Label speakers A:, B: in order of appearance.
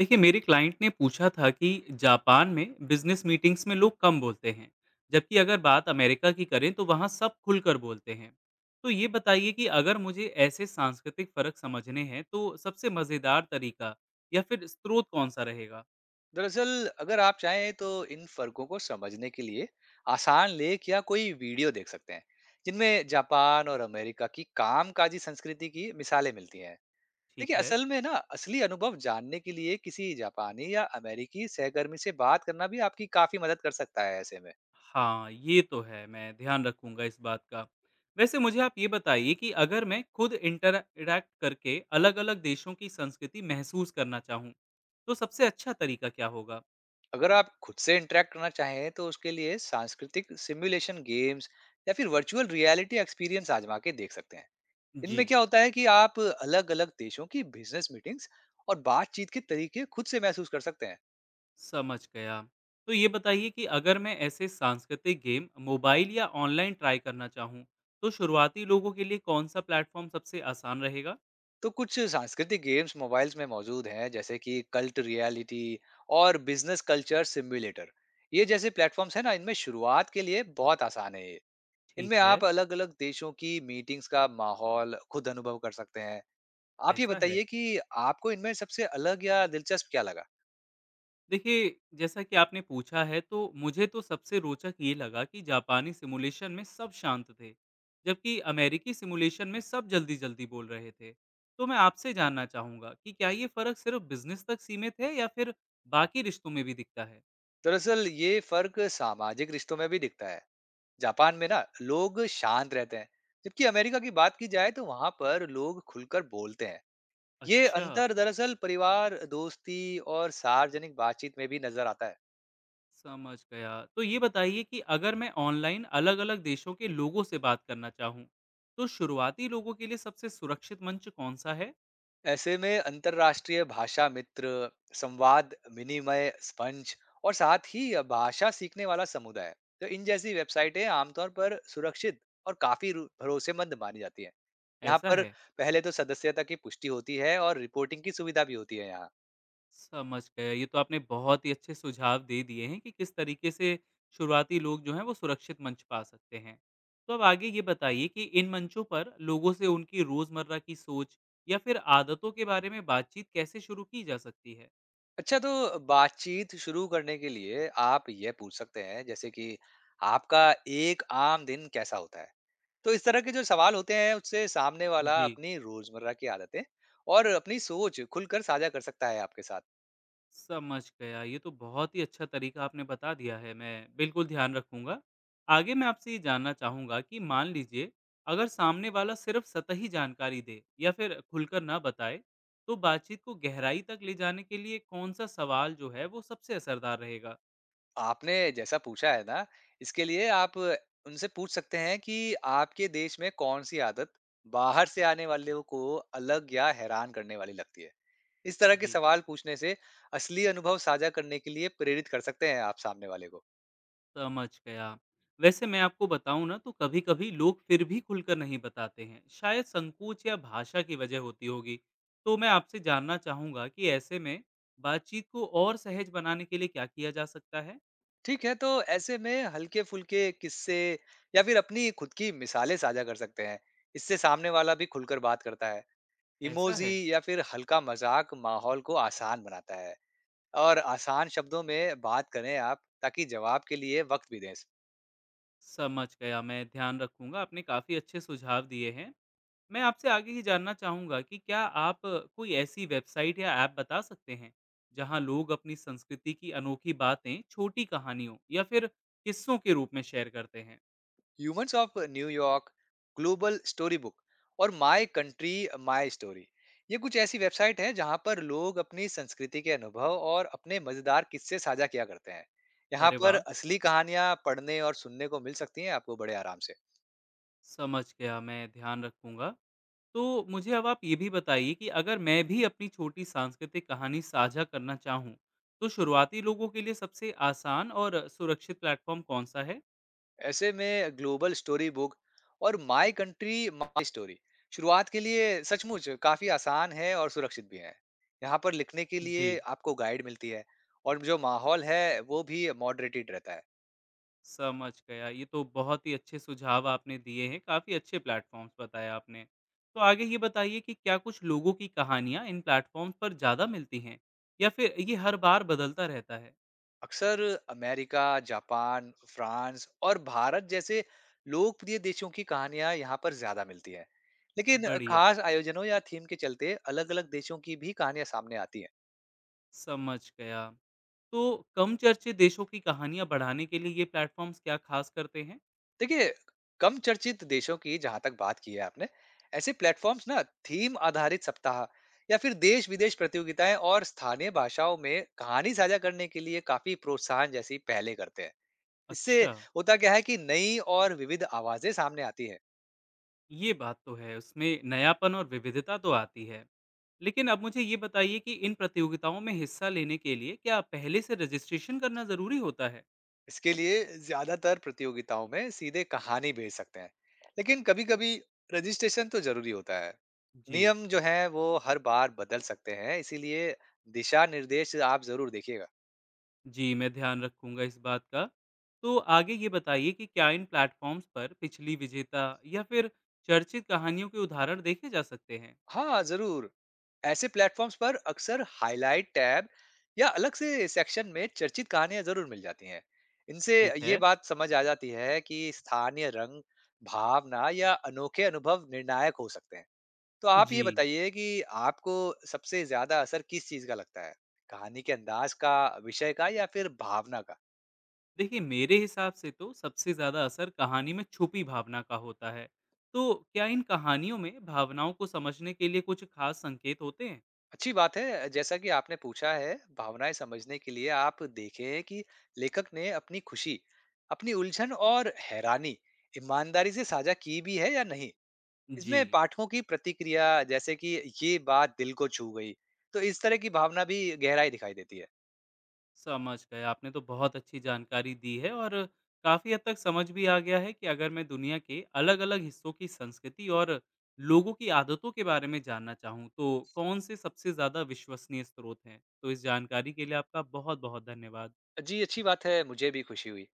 A: देखिए मेरे क्लाइंट ने पूछा था कि जापान में बिजनेस मीटिंग्स में लोग कम बोलते हैं। जबकि अगर बात अमेरिका की करें तो वहाँ सब खुलकर बोलते हैं। तो ये बताइए कि अगर मुझे ऐसे सांस्कृतिक फर्क समझने हैं तो सबसे मज़ेदार तरीका या फिर स्रोत कौन सा रहेगा।
B: दरअसल अगर आप चाहें तो इन फर्कों को समझने के लिए आसान लेख या कोई वीडियो देख सकते हैं, जिनमें जापान और अमेरिका की कामकाजी संस्कृति की मिसालें मिलती हैं। देखिए,
A: ठीक है।
B: असल में ना असली अनुभव जानने के लिए किसी जापानी या अमेरिकी सहकर्मी से बात करना भी आपकी काफी मदद कर सकता है। ऐसे में
A: हाँ ये तो है, मैं ध्यान रखूंगा इस बात का। वैसे मुझे आप ये बताइए कि अगर मैं खुद इंटरैक्ट करके अलग अलग देशों की संस्कृति महसूस करना चाहूँ तो सबसे अच्छा तरीका क्या होगा।
B: अगर आप खुद से इंटरेक्ट करना चाहें तो उसके लिए सांस्कृतिक सिमुलेशन गेम्स या फिर वर्चुअल रियलिटी एक्सपीरियंस आजमा के देख सकते हैं।
A: जी।
B: इनमें क्या होता है कि आप अलग-अलग देशों की बिजनेस मीटिंग्स और बातचीत के तरीके खुद से महसूस कर सकते हैं।
A: समझ गया। तो ये बताइए कि अगर मैं ऐसे सांस्कृतिक गेम मोबाइल या ऑनलाइन ट्राई करना चाहूँ, तो शुरुआती लोगों के लिए कौन-सा प्लेटफ़ॉर्म सबसे आसान रहेगा?
B: तो कुछ सांस्कृतिक गेम्स मोबाइल्स में मौजूद हैं, जैसे कि कल्ट रियलिटी और बिजनेस कल्चर सिम्युलेटर। ये जैसे प्लेटफॉर्म्स हैं ना, इनमें शुरुआत के लिए बहुत आसान है ये।
A: ठीक
B: इनमें
A: है।
B: आप अलग-अलग देशों की मीटिंग्स का माहौल खुद अनुभव कर सकते हैं। आप ये
A: ऐसा है।
B: बताइए कि आपको इनमें सबसे अलग या दिलचस्प क्या लगा?
A: देखिए, जैसा कि आपने पूछा है तो मुझे तो सबसे रोचक ये लगा कि जापानी सिमुलेशन में सब शांत थे, जबकि अमेरिकी सिमुलेशन में सब जल्दी-जल्दी बोल रहे थे। तो मैं आपसे जानना चाहूँगा कि क्या ये फ़र्क सिर्फ़ बिज़नेस तक सीमित है या फिर बाकी रिश्तों में भी दिखता है?
B: दरअसल ये फ़र्क सामाजिक रिश्तों में भी दिखता है। जापान में ना लोग शांत रहते हैं, जबकि अमेरिका की बात की जाए तो वहां पर लोग खुलकर बोलते हैं। ये
A: अच्छा।
B: अंतर दरअसल परिवार, दोस्ती और सार्वजनिक बातचीत में भी नजर आता है।
A: समझ गया। तो ये बताइए कि अगर मैं ऑनलाइन अलग-अलग देशों के लोगों से बात करना चाहूँ, तो शुरुआती लोगों के लिए सबसे सुरक्षित मंच कौन-सा है?
B: ऐसे में अंतरराष्ट्रीय भाषा मित्र, संवाद विनिमय स्पंज और साथ ही भाषा सीखने वाला समुदाय, तो इन जैसी वेबसाइटें आमतौर पर सुरक्षित और काफी भरोसेमंद मानी जाती है। यहाँ
A: ऐसा
B: पर
A: है?
B: पहले तो सदस्यता की पुष्टि होती है और रिपोर्टिंग की सुविधा भी होती है यहाँ।
A: समझ गया। ये तो आपने बहुत ही अच्छे सुझाव दे दिए हैं कि किस तरीके से शुरुआती लोग जो हैं वो सुरक्षित मंच पा सकते हैं। तो अब आगे ये बताइए कि इन मंचों पर लोगों से उनकी रोज़मर्रा की सोच या फिर आदतों के बारे में बातचीत कैसे शुरू की जा सकती है?
B: अच्छा, तो बातचीत शुरू करने के लिए आप ये पूछ सकते हैं, जैसे कि आपका एक आम दिन कैसा होता है? तो इस तरह के जो सवाल होते हैं उससे सामने वाला
A: जी।
B: अपनी रोजमर्रा की आदतें और अपनी सोच खुलकर साझा कर सकता है आपके साथ।
A: समझ गया। ये तो बहुत ही अच्छा तरीका आपने बता दिया है, मैं बिल्कुल ध्यान रखूँगा। आगे मैं आपसे ये जानना चाहूँगा कि मान लीजिए अगर सामने वाला सिर्फ़ सतही जानकारी दे या फिर खुलकर ना बताए, तो बातचीत को गहराई तक ले जाने के लिए कौन-सा सवाल जो है वो सबसे असरदार रहेगा?
B: आपने जैसा पूछा है ना, इसके लिए आप उनसे पूछ सकते हैं कि आपके देश में कौन सी आदत बाहर से आने वालों को अलग या हैरान करने वाली लगती है? इस तरह के
A: जी।
B: सवाल पूछने से असली अनुभव साझा करने के लिए प्रेरित कर सकते हैं आप सामने वाले को।
A: समझ गया। वैसे मैं आपको बताऊँ ना तो कभी-कभी लोग फिर भी खुलकर नहीं बताते हैं। शायद संकोच या भाषा की वजह होती होगी। तो मैं आपसे जानना चाहूँगा कि ऐसे में बातचीत को और सहज बनाने के लिए क्या किया जा सकता है?
B: ठीक है, तो ऐसे में हल्के-फुल्के किस्से या फिर अपनी खुद की मिसालें साझा कर सकते हैं। इससे सामने वाला भी खुलकर बात करता है।
A: ऐसा
B: इमोजी
A: है?
B: या फिर हल्का मज़ाक माहौल को आसान बनाता है, और आसान शब्दों में बात करें आप ताकि जवाब के लिए वक़्त भी दें।
A: समझ गया, मैं ध्यान रखूँगा। आपने काफ़ी अच्छे सुझाव दिए हैं। मैं आपसे आगे ये जानना चाहूँगा कि क्या आप कोई ऐसी वेबसाइट या ऐप बता सकते हैं, जहाँ लोग अपनी संस्कृति की अनोखी बातें छोटी कहानियों या फिर किस्सों के रूप में शेयर करते हैं?
B: Humans of New York, global story book और माय कंट्री माय स्टोरी, ये कुछ ऐसी वेबसाइट हैं जहां पर लोग अपनी संस्कृति के अनुभव और अपने मजेदार किस्से साझा किया करते हैं। यहाँ
A: अरे
B: पर
A: वाह!
B: असली कहानियां पढ़ने और सुनने को मिल सकती हैं आपको बड़े आराम से।
A: समझ गया, मैं ध्यान रखूँगा। तो मुझे अब आप ये भी बताइए कि अगर मैं भी अपनी छोटी सांस्कृतिक कहानी साझा करना चाहूँ, तो शुरुआती लोगों के लिए सबसे आसान और सुरक्षित प्लेटफ़ॉर्म कौन-सा है?
B: ऐसे में ग्लोबल स्टोरी बुक और माय कंट्री माय स्टोरी शुरुआत के लिए सचमुच काफी आसान है और सुरक्षित भी है। यहाँ पर लिखने के
A: जी।
B: लिए आपको गाइड मिलती है और जो माहौल है वो भी मॉडरेटेड रहता है।
A: समझ गया। ये तो बहुत ही अच्छे सुझाव आपने दिए हैं, काफ़ी अच्छे प्लेटफ़ॉर्म्स बताए आपने। तो आगे ये बताइए कि क्या कुछ लोगों की कहानियाँ इन प्लेटफ़ॉर्म्स पर ज़्यादा मिलती हैं या फिर ये हर बार बदलता रहता है?
B: अक्सर अमेरिका, जापान, फ्रांस और भारत जैसे लोकप्रिय देशों की कहानियां यहाँ पर ज्यादा मिलती हैं। लेकिन
A: बढ़िया।
B: खास आयोजनों या थीम के चलते अलग-अलग देशों की भी कहानियां सामने आती हैं।
A: समझ गया। तो कम चर्चित देशों की कहानियाँ बढ़ाने के लिए ये प्लेटफ़ॉर्म्स क्या ख़ास करते हैं?
B: देखिए, कम चर्चित देशों की जहां तक बात की है आपने, ऐसे प्लेटफॉर्म्स ना थीम आधारित सप्ताह या फिर देश-विदेश प्रतियोगिताएं और स्थानीय भाषाओं में कहानी साझा करने के लिए काफी प्रोत्साहन जैसी पहले करते हैं। इससे
A: अच्छा,
B: होता क्या है कि नई और विविध आवाजें सामने आती हैं।
A: ये बात तो है, उसमें नयापन और विविधता तो आती है। लेकिन अब मुझे ये बताइए कि इन प्रतियोगिताओं में हिस्सा लेने के लिए क्या पहले से रजिस्ट्रेशन करना ज़रूरी होता है?
B: इसके लिए ज्यादातर प्रतियोगिताओं में सीधे कहानी भेज सकते हैं, लेकिन कभी कभी रजिस्ट्रेशन तो जरूरी होता है।
A: जी,
B: नियम जो है वो हर बार बदल सकते हैं, इसीलिए दिशा निर्देश आप जरूर देखिएगा।
A: जी, मैं ध्यान रखूँगा इस बात का। तो आगे ये बताइए कि क्या इन प्लेटफ़ॉर्म्स पर पिछली विजेता या फिर चर्चित कहानियों के उदाहरण देखे जा सकते हैं?
B: हाँ जरूर, ऐसे प्लेटफॉर्म्स पर अक्सर हाईलाइट टैब या अलग से सेक्शन में चर्चित कहानियां जरूर मिल जाती हैं। इनसे
A: ठीक
B: ये
A: है।
B: बात समझ आ जाती है कि स्थानीय रंग, भावना या अनोखे अनुभव निर्णायक हो सकते हैं। तो आप ये
A: जी।
B: बताइए कि आपको सबसे ज्यादा असर किस चीज का लगता है? कहानी के अंदाज का, विषय का या फिर भावना का?
A: देखिए मेरे हिसाब से तो सबसे ज़्यादा असर कहानी में छुपी भावना का होता है। तो क्या इन कहानियों में भावनाओं को समझने के लिए कुछ खास संकेत होते हैं?
B: अच्छी बात है, जैसा कि आपने पूछा है, भावनाएं समझने के लिए आप देखें कि लेखक ने अपनी खुशी, अपनी उलझन और हैरानी ईमानदारी से साझा की भी है या नहीं।
A: जी,
B: इसमें पाठकों की प्रतिक्रिया, जैसे कि ये बात दिल को छू गई, तो इस तरह की भावना भी गहराई दिखाई देती है।
A: समझ गए। आपने तो बहुत अच्छी जानकारी दी है और काफ़ी हद तक समझ भी आ गया है कि अगर मैं दुनिया के अलग-अलग हिस्सों की संस्कृति और लोगों की आदतों के बारे में जानना चाहूँ, तो कौन से सबसे ज़्यादा विश्वसनीय स्रोत हैं? तो इस जानकारी के लिए आपका बहुत-बहुत धन्यवाद।
B: जी, अच्छी बात है, मुझे भी खुशी हुई।